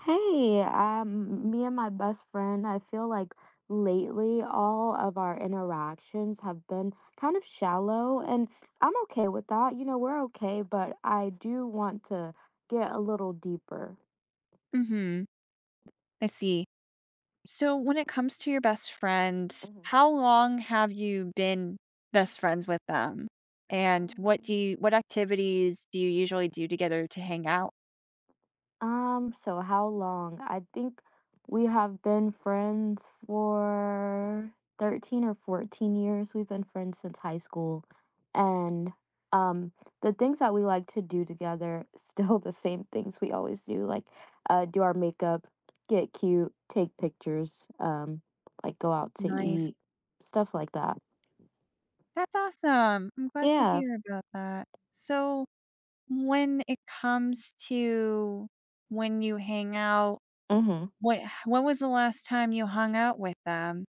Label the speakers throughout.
Speaker 1: Hey, me and my best friend, I feel like lately all of our interactions have been kind of shallow, and I'm okay with that. You know, we're okay, but I do want to get a little deeper.
Speaker 2: Mhm. I see. So when it comes to your best friend,
Speaker 1: Mhm.
Speaker 2: how long have you been best friends with them? And what do
Speaker 1: Mm,
Speaker 2: you what activities do you usually do together to hang out?
Speaker 1: so how long? I think we have been friends for 13 or 14 years. We've been friends since high school. And um the things that we like to do together, still the same things we always do, like do our makeup, get cute, take pictures, like go out to
Speaker 2: Nice.
Speaker 1: eat, stuff like that.
Speaker 2: That's awesome. I'm glad to
Speaker 1: Yeah.
Speaker 2: hear about that. So when it comes to when you hang out,
Speaker 1: Mm-hmm.
Speaker 2: what when was the last time you hung out with them?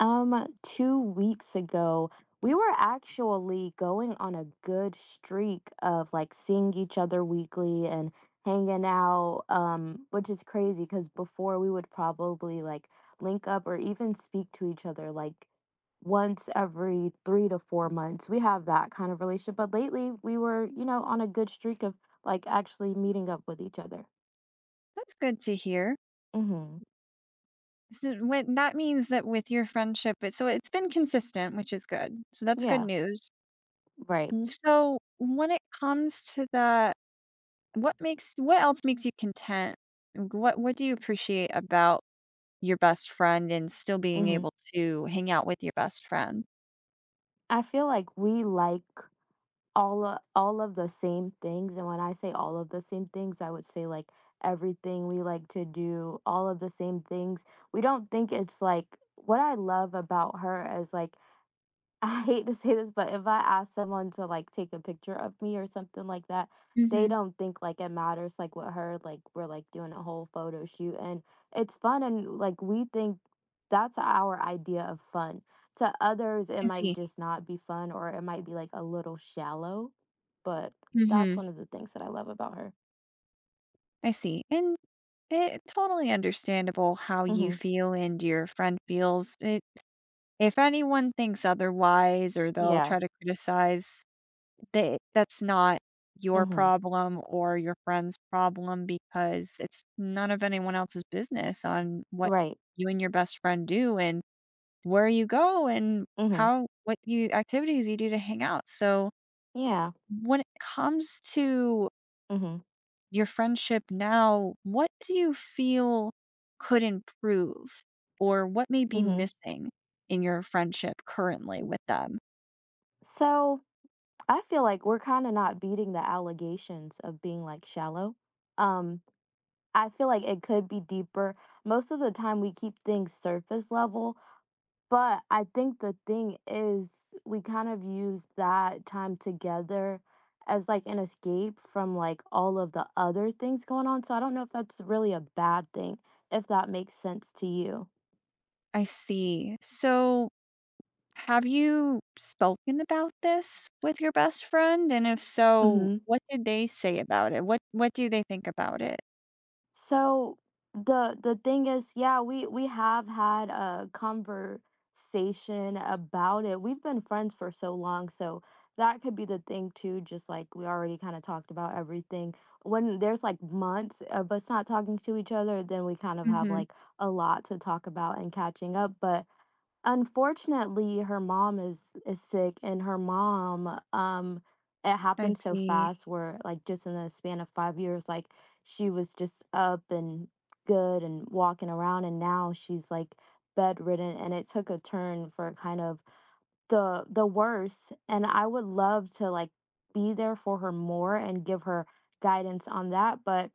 Speaker 1: 2 weeks ago, we were actually going on a good streak of like seeing each other weekly and hanging out, which is crazy because before we would probably like link up or even speak to each other like once every 3 to 4 months. We have that kind of relationship, but lately we were, you know, on a good streak of like actually meeting up with each other.
Speaker 2: That's good to hear.
Speaker 1: Mm-hmm.
Speaker 2: So what that means that with your friendship it's been consistent, which is good. So that's good
Speaker 1: Yeah,
Speaker 2: news.
Speaker 1: right.
Speaker 2: Mhm. So when it comes to that, what makes what else makes you content? What do you appreciate about your best friend and still being
Speaker 1: Mm-hmm.
Speaker 2: able to hang out with your best friend?
Speaker 1: I feel like we like all of the same things, and when I say all of the same things, I would say like everything we like to do, all of the same things. We don't think it's like, what I love about her is like, I hate to say this, but if I ask someone to like take a picture of me or something like that, they
Speaker 2: Mhm.
Speaker 1: don't think like it matters. Like with her, like we're like doing a whole photo shoot and it's fun. And like we think that's our idea of fun. To others, it
Speaker 2: I
Speaker 1: might
Speaker 2: see.
Speaker 1: just not be fun or it might be like a little shallow. But that's
Speaker 2: Mhm.
Speaker 1: one of the things that I love about her.
Speaker 2: I see. And it totally understandable how you
Speaker 1: Mm-hmm.
Speaker 2: feel and your friend feels. It If anyone thinks otherwise or they'll
Speaker 1: Yeah.
Speaker 2: try to criticize, they that's not your
Speaker 1: Mm-hmm.
Speaker 2: problem or your friend's problem, because it's none of anyone else's business on what
Speaker 1: Right.
Speaker 2: you and your best friend do and where you go and
Speaker 1: Mm-hmm.
Speaker 2: how what you activities you do to hang out. So,
Speaker 1: Yeah.
Speaker 2: when it comes to
Speaker 1: Mm-hmm.
Speaker 2: your friendship now, what do you feel could improve or what may be
Speaker 1: Mm-hmm.
Speaker 2: missing in your friendship currently with them?
Speaker 1: So I feel like we're kinda not beating the allegations of being, like, shallow. Um, I feel like it could be deeper. Most of the time, we keep things surface level, but I think the thing is we kind of use that time together as, like, an escape from, like, all of the other things going on, so I don't know if that's really a bad thing, if that makes sense to you.
Speaker 2: I see. So, have you spoken about this with your best friend? And if so,
Speaker 1: Mhm.
Speaker 2: what did they say about it? What do they think about it?
Speaker 1: So the thing is, yeah, we have had a conversation about it. We've been friends for so long, so that could be the thing too, just like we already kind of talked about everything. When there's like months of us not talking to each other, then we kind of have
Speaker 2: Mhm.
Speaker 1: like a lot to talk about and catching up. But unfortunately, her mom is sick, and her mom, it
Speaker 2: I
Speaker 1: happened so
Speaker 2: see.
Speaker 1: fast where like just in the span of 5 years, like she was just up and good and walking around, and now she's like bedridden, and it took a turn for kind of the worse. And I would love to like be there for her more and give her guidance on that, but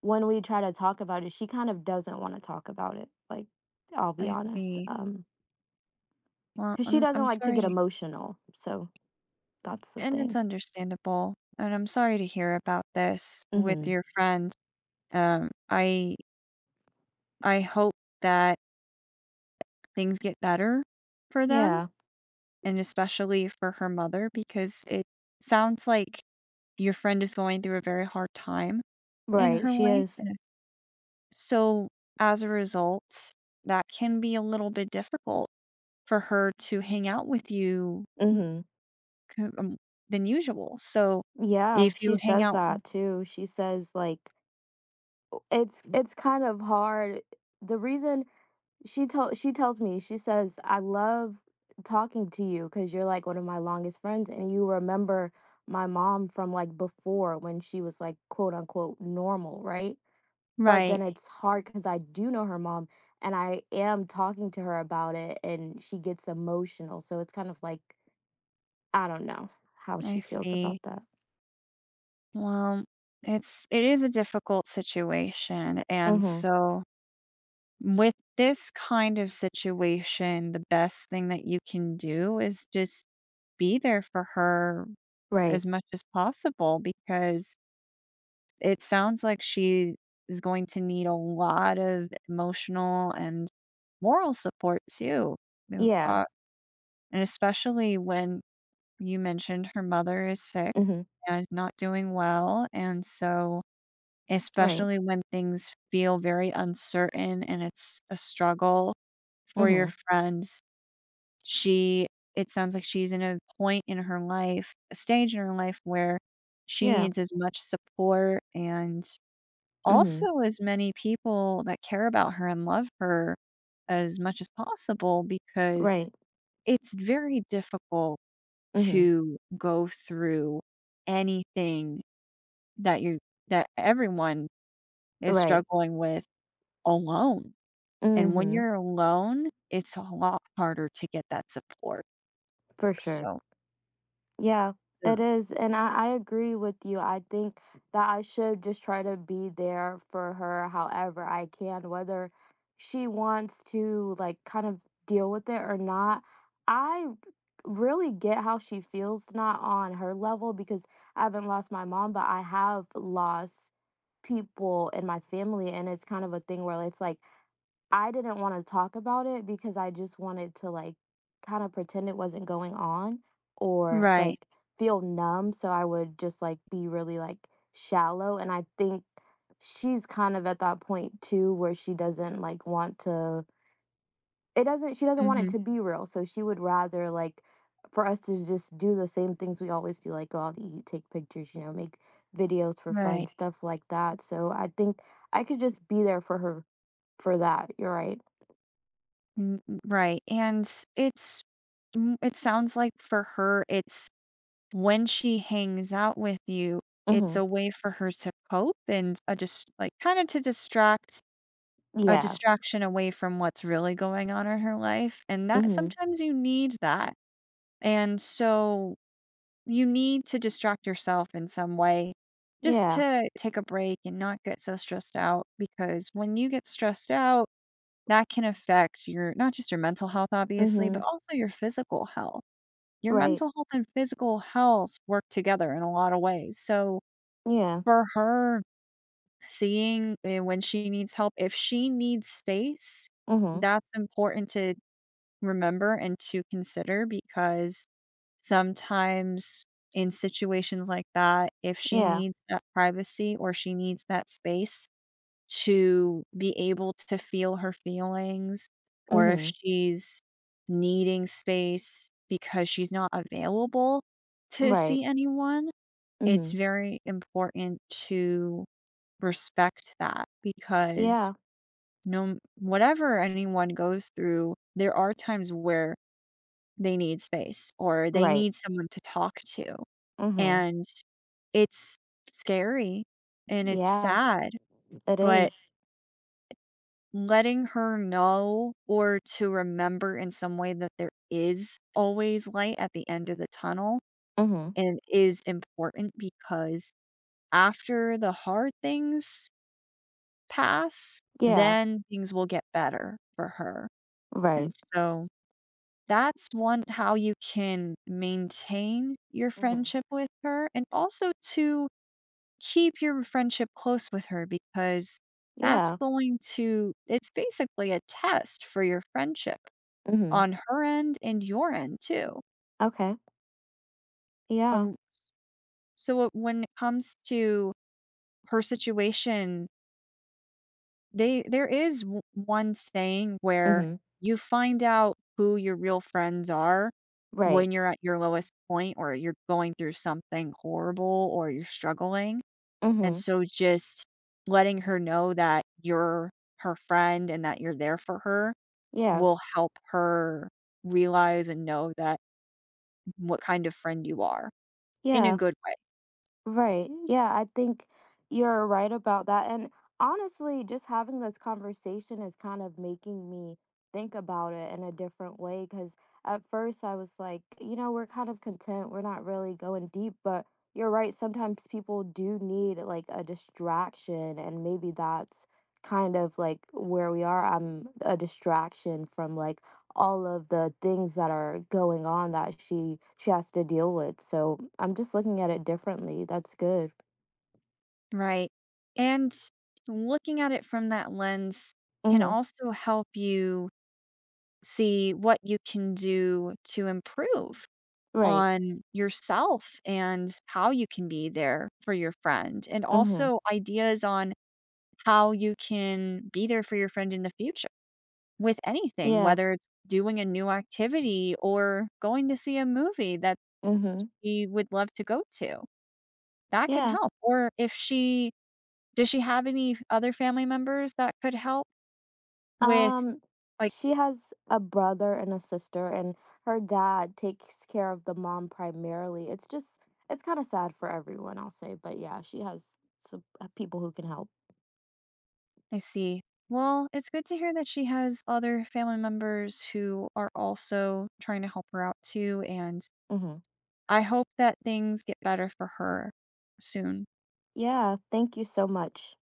Speaker 1: when we try to talk about it, she kind of doesn't want to talk about it. Like, I'll be
Speaker 2: I
Speaker 1: honest.
Speaker 2: see. Well,
Speaker 1: Because she
Speaker 2: I'm
Speaker 1: doesn't
Speaker 2: I'm
Speaker 1: like to
Speaker 2: sorry
Speaker 1: get
Speaker 2: to,
Speaker 1: emotional. So that's the
Speaker 2: and it's
Speaker 1: thing.
Speaker 2: understandable. And I'm sorry to hear about this with
Speaker 1: Hmm.
Speaker 2: your friend. I I hope that things get better for them,
Speaker 1: Yeah.
Speaker 2: and especially for her mother, because it sounds like your friend is going through a very hard time in
Speaker 1: Right.
Speaker 2: her
Speaker 1: She
Speaker 2: life,
Speaker 1: is.
Speaker 2: and so, as a result, that can be a little bit difficult for her to hang out with you
Speaker 1: Hmm.
Speaker 2: co than usual. So,
Speaker 1: Yeah.
Speaker 2: if
Speaker 1: She
Speaker 2: you hang
Speaker 1: says
Speaker 2: out
Speaker 1: that too. She says like it's kind of hard. The reason she tells me, she says, I love talking to you because you're like one of my longest friends and you remember my mom from like before when she was like quote unquote normal, right? But
Speaker 2: right,
Speaker 1: then it's hard because I do know her mom and I am talking to her about it and she gets emotional. So it's kind of like, I don't know how she
Speaker 2: I
Speaker 1: feels about
Speaker 2: see.
Speaker 1: that.
Speaker 2: Well, it is a difficult situation, and
Speaker 1: Mm-hmm.
Speaker 2: so, with this kind of situation, the best thing that you can do is just be there for her
Speaker 1: Right.
Speaker 2: as much as possible, because it sounds like she is going to need a lot of emotional and moral support too. Mm,
Speaker 1: Yeah.
Speaker 2: uh, and especially when you mentioned her mother is sick
Speaker 1: Mm-hmm.
Speaker 2: and not doing well, and so
Speaker 1: Right.
Speaker 2: especially when things feel very uncertain and it's a struggle for your
Speaker 1: Mm-hmm.
Speaker 2: friend, she it sounds like she's in a point in her life, a stage in her life where she
Speaker 1: Yeah.
Speaker 2: needs as much support and
Speaker 1: Mm-hmm.
Speaker 2: also as many people that care about her and love her as much as possible, because
Speaker 1: Right.
Speaker 2: it's very difficult
Speaker 1: Mm-hmm.
Speaker 2: to go through anything that you that everyone is
Speaker 1: Right.
Speaker 2: struggling with alone. And when
Speaker 1: Mm-hmm.
Speaker 2: you're alone, it's a lot harder to get that support.
Speaker 1: For sure.
Speaker 2: So,
Speaker 1: Yeah, it
Speaker 2: so-
Speaker 1: is. And I agree with you. I think that I should just try to be there for her however I can, whether she wants to like kind of deal with it or not. I really get how she feels, not on her level, because I haven't lost my mom, but I have lost people in my family. And it's kind of a thing where it's like, I didn't wanna talk about it because I just wanted to, like, kinda pretend it wasn't going on or,
Speaker 2: right.
Speaker 1: like, feel numb, so I would just, like, be really, like, shallow, and I think she's kind of at that point too where she doesn't, like, want to, it doesn't she doesn't want it
Speaker 2: hmm
Speaker 1: to be real, so she would rather, like, for us to just do the same things we always do, like, go out to eat, take pictures, you know, make videos for fun,
Speaker 2: Right.
Speaker 1: stuff like that, so I think I could just be there for her for that, you're right.
Speaker 2: Mm, Right. And it's it sounds like for her it's when she hangs out with you, it's
Speaker 1: Mhm.
Speaker 2: a way for her to cope and a just like kind of to distract a
Speaker 1: Yeah.
Speaker 2: distraction away from what's really going on in her life. And that
Speaker 1: Mhm.
Speaker 2: sometimes you need that. And so you need to distract yourself in some way just
Speaker 1: Yeah.
Speaker 2: to take a break and not get so stressed out, because when you get stressed out, that can affect your not just your mental health, obviously, but
Speaker 1: Mhm.
Speaker 2: also your physical health. Your
Speaker 1: Right.
Speaker 2: mental health and physical health work together in a lot of ways. So
Speaker 1: Yeah.
Speaker 2: for her, when she needs help, if she needs space,
Speaker 1: Mhm.
Speaker 2: that's important to remember and to consider, because sometimes in situations like that, if she
Speaker 1: Yeah.
Speaker 2: needs that privacy or she needs that space, to be able to feel her feelings, or if
Speaker 1: Mhm.
Speaker 2: she's needing space because she's not available to
Speaker 1: Right.
Speaker 2: see anyone, it's
Speaker 1: Mhm.
Speaker 2: very important to respect that, because
Speaker 1: Yeah.
Speaker 2: no whatever anyone goes through, there are times where they need space or they
Speaker 1: Right.
Speaker 2: need someone to talk to.
Speaker 1: Mhm.
Speaker 2: And it's scary and it's
Speaker 1: Yeah.
Speaker 2: sad,
Speaker 1: It
Speaker 2: but
Speaker 1: is.
Speaker 2: letting her know or to remember in some way that there is always light at the end of the tunnel
Speaker 1: Mhm.
Speaker 2: and is important, because after the hard things pass,
Speaker 1: Yeah.
Speaker 2: then things will get better for her. And
Speaker 1: Right.
Speaker 2: so that's one how you can maintain your
Speaker 1: Mhm.
Speaker 2: friendship with her and also to keep your friendship close with her, because that's
Speaker 1: Yeah.
Speaker 2: going to it's basically a test for your friendship
Speaker 1: Mhm.
Speaker 2: on her end and your end too.
Speaker 1: Okay. Yeah.
Speaker 2: Of when it comes to her situation, they there is one saying where
Speaker 1: Mhm.
Speaker 2: you find out who your real friends are
Speaker 1: Right.
Speaker 2: when you're at your lowest point or you're going through something horrible or you're struggling, and
Speaker 1: Mhm.
Speaker 2: so just letting her know that you're her friend and that you're there for her
Speaker 1: Yeah.
Speaker 2: will help her realize and know that what kind of friend you are in a
Speaker 1: Yeah.
Speaker 2: good way.
Speaker 1: Right. Yeah, I think you're right about that. And honestly, just having this conversation is kind of making me think about it in a different way. Because at first I was like, you know, we're kind of content. We're not really going deep. But you're right. Sometimes people do need like a distraction. And maybe that's kind of like where we are. I'm a distraction from like all of the things that are going on that she has to deal with. So I'm just looking at it differently. That's good.
Speaker 2: Right. And looking at it from that lens can
Speaker 1: Mhm.
Speaker 2: also help you see what you can do to improve
Speaker 1: Right.
Speaker 2: on yourself and how you can be there for your friend, and
Speaker 1: Mhm.
Speaker 2: also ideas on how you can be there for your friend in the future with anything,
Speaker 1: Yeah.
Speaker 2: whether it's doing a new activity or going to see a movie that
Speaker 1: Mhm.
Speaker 2: she would love to go to. That can
Speaker 1: Yeah.
Speaker 2: help. Or if she does she have any other family members that could help with,
Speaker 1: Um,
Speaker 2: like,
Speaker 1: she has a brother and a sister and her dad takes care of the mom primarily. It's kind of sad for everyone, I'll say, but yeah, she has some people who can help.
Speaker 2: I see. Well, it's good to hear that she has other family members who are also trying to help her out too, and
Speaker 1: Mhm.
Speaker 2: I hope that things get better for her soon.
Speaker 1: Yeah, thank you so much.